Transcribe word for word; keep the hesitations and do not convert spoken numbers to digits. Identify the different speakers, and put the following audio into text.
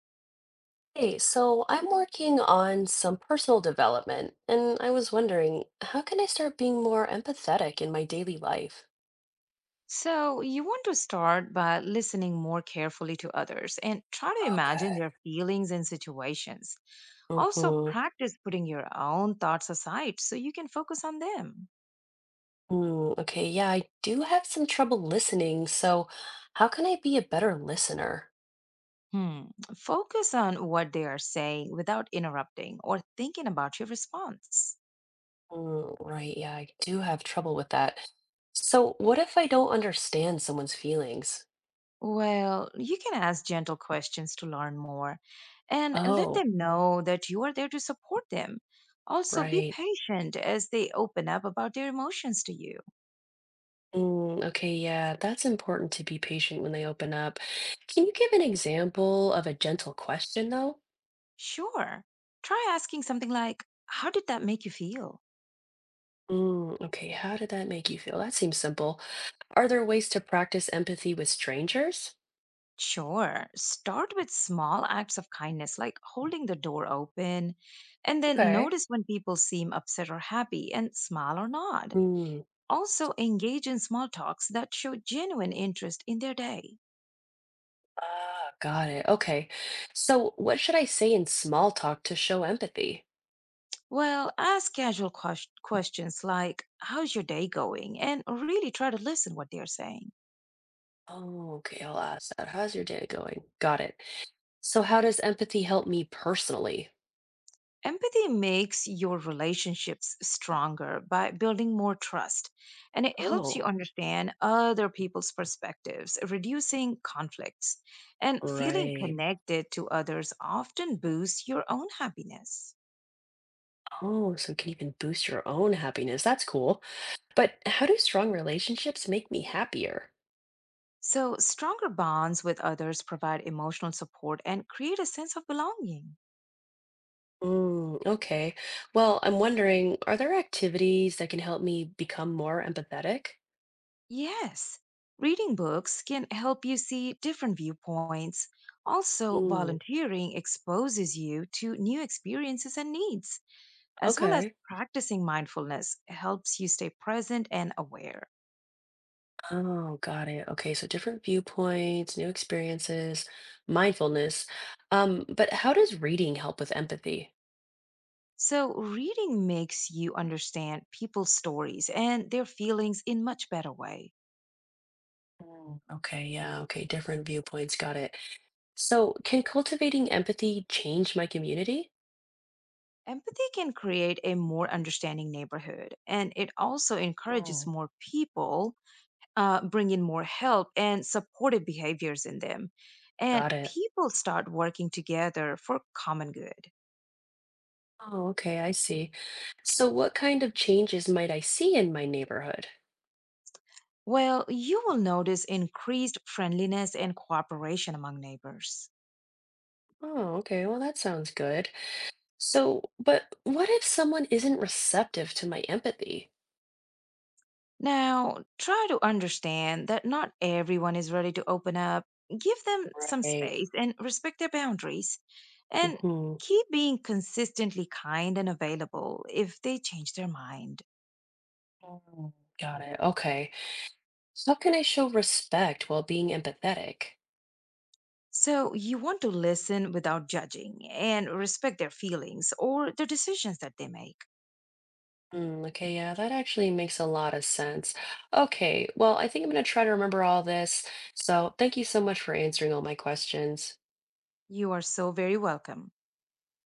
Speaker 1: Hey, so I'm working on some personal development, and I was wondering, how can I start being more empathetic in my daily life?
Speaker 2: So, you want to start by listening more carefully to others and try to imagine
Speaker 1: Okay.
Speaker 2: their feelings and situations. Also,
Speaker 1: Mm-hmm.
Speaker 2: practice putting your own thoughts aside so you can focus on them.
Speaker 1: Mm, okay, yeah, I do have some trouble listening, so how can I be a better listener?
Speaker 2: Hmm. Focus on what they are saying without interrupting or thinking about your response.
Speaker 1: Mm, right, yeah, I do have trouble with that. So what if I don't understand someone's feelings?
Speaker 2: Well, you can ask gentle questions to learn more and let
Speaker 1: Oh,
Speaker 2: them know that you are there to support them. Also, be
Speaker 1: right.
Speaker 2: patient as they open up about their emotions to you.
Speaker 1: Mm, okay, yeah, that's important to be patient when they open up. Can you give an example of a gentle question, though?
Speaker 2: Sure. Try asking something like, how did that make you feel?
Speaker 1: Mm, okay, how did that make you feel? That seems simple. Are there ways to practice empathy with strangers?
Speaker 2: Sure. Start with small acts of kindness, like holding the door open, and then
Speaker 1: Okay.
Speaker 2: notice when people seem upset or happy and smile or nod.
Speaker 1: Mm,
Speaker 2: Also, engage in small talks that show genuine interest in their day.
Speaker 1: ah, got it. Okay. So, what should I say in small talk to show empathy?
Speaker 2: Well, ask casual ques- questions like, how's your day going? And really try to listen what they are saying.
Speaker 1: Oh, okay, I'll ask that. How's your day going? Got it. So, how does empathy help me personally?
Speaker 2: Empathy makes your relationships stronger by building more trust, and it helps you
Speaker 1: Oh,
Speaker 2: understand other people's perspectives, reducing conflicts. And feeling
Speaker 1: right.
Speaker 2: connected to others often boosts your own happiness.
Speaker 1: Oh, so it can even boost your own happiness. That's cool. But how do strong relationships make me happier?
Speaker 2: So, stronger bonds with others provide emotional support and create a sense of belonging.
Speaker 1: Mm, okay. Well, I'm wondering, are there activities that can help me become more empathetic?
Speaker 2: Yes, reading books can help you see different viewpoints. Also,
Speaker 1: Mm,
Speaker 2: volunteering exposes you to new experiences and needs, as well as
Speaker 1: okay.
Speaker 2: practicing mindfulness helps you stay present and aware.
Speaker 1: Oh, got it. Okay, so different viewpoints, new experiences, mindfulness. Um, but how does reading help with empathy?
Speaker 2: So, reading makes you understand people's stories and their feelings in much better way.
Speaker 1: Mm, okay, yeah, okay, different viewpoints, got it. So, can cultivating empathy change my community?
Speaker 2: Empathy can create a more understanding neighborhood, and it also encourages
Speaker 1: Mm,
Speaker 2: more people, uh, bring in more help and supportive behaviors in them. And
Speaker 1: got it.
Speaker 2: people start working together for common good.
Speaker 1: Oh, okay, I see. So what kind of changes might I see in my neighborhood?
Speaker 2: Well, you will notice increased friendliness and cooperation among neighbors.
Speaker 1: Oh, okay, well, that sounds good. So, but what if someone isn't receptive to my empathy?
Speaker 2: Now, try to understand that not everyone is ready to open up. Give them some
Speaker 1: Right.
Speaker 2: space and respect their boundaries. And
Speaker 1: Mm-hmm.
Speaker 2: keep being consistently kind and available if they change their mind.
Speaker 1: Oh, got it. Okay. So how can I show respect while being empathetic?
Speaker 2: So, you want to listen without judging and respect their feelings or the decisions that they make.
Speaker 1: Mm, okay, yeah, that actually makes a lot of sense. Okay, well, I think I'm going to try to remember all this. So thank you so much for answering all my questions.
Speaker 2: You are so very welcome.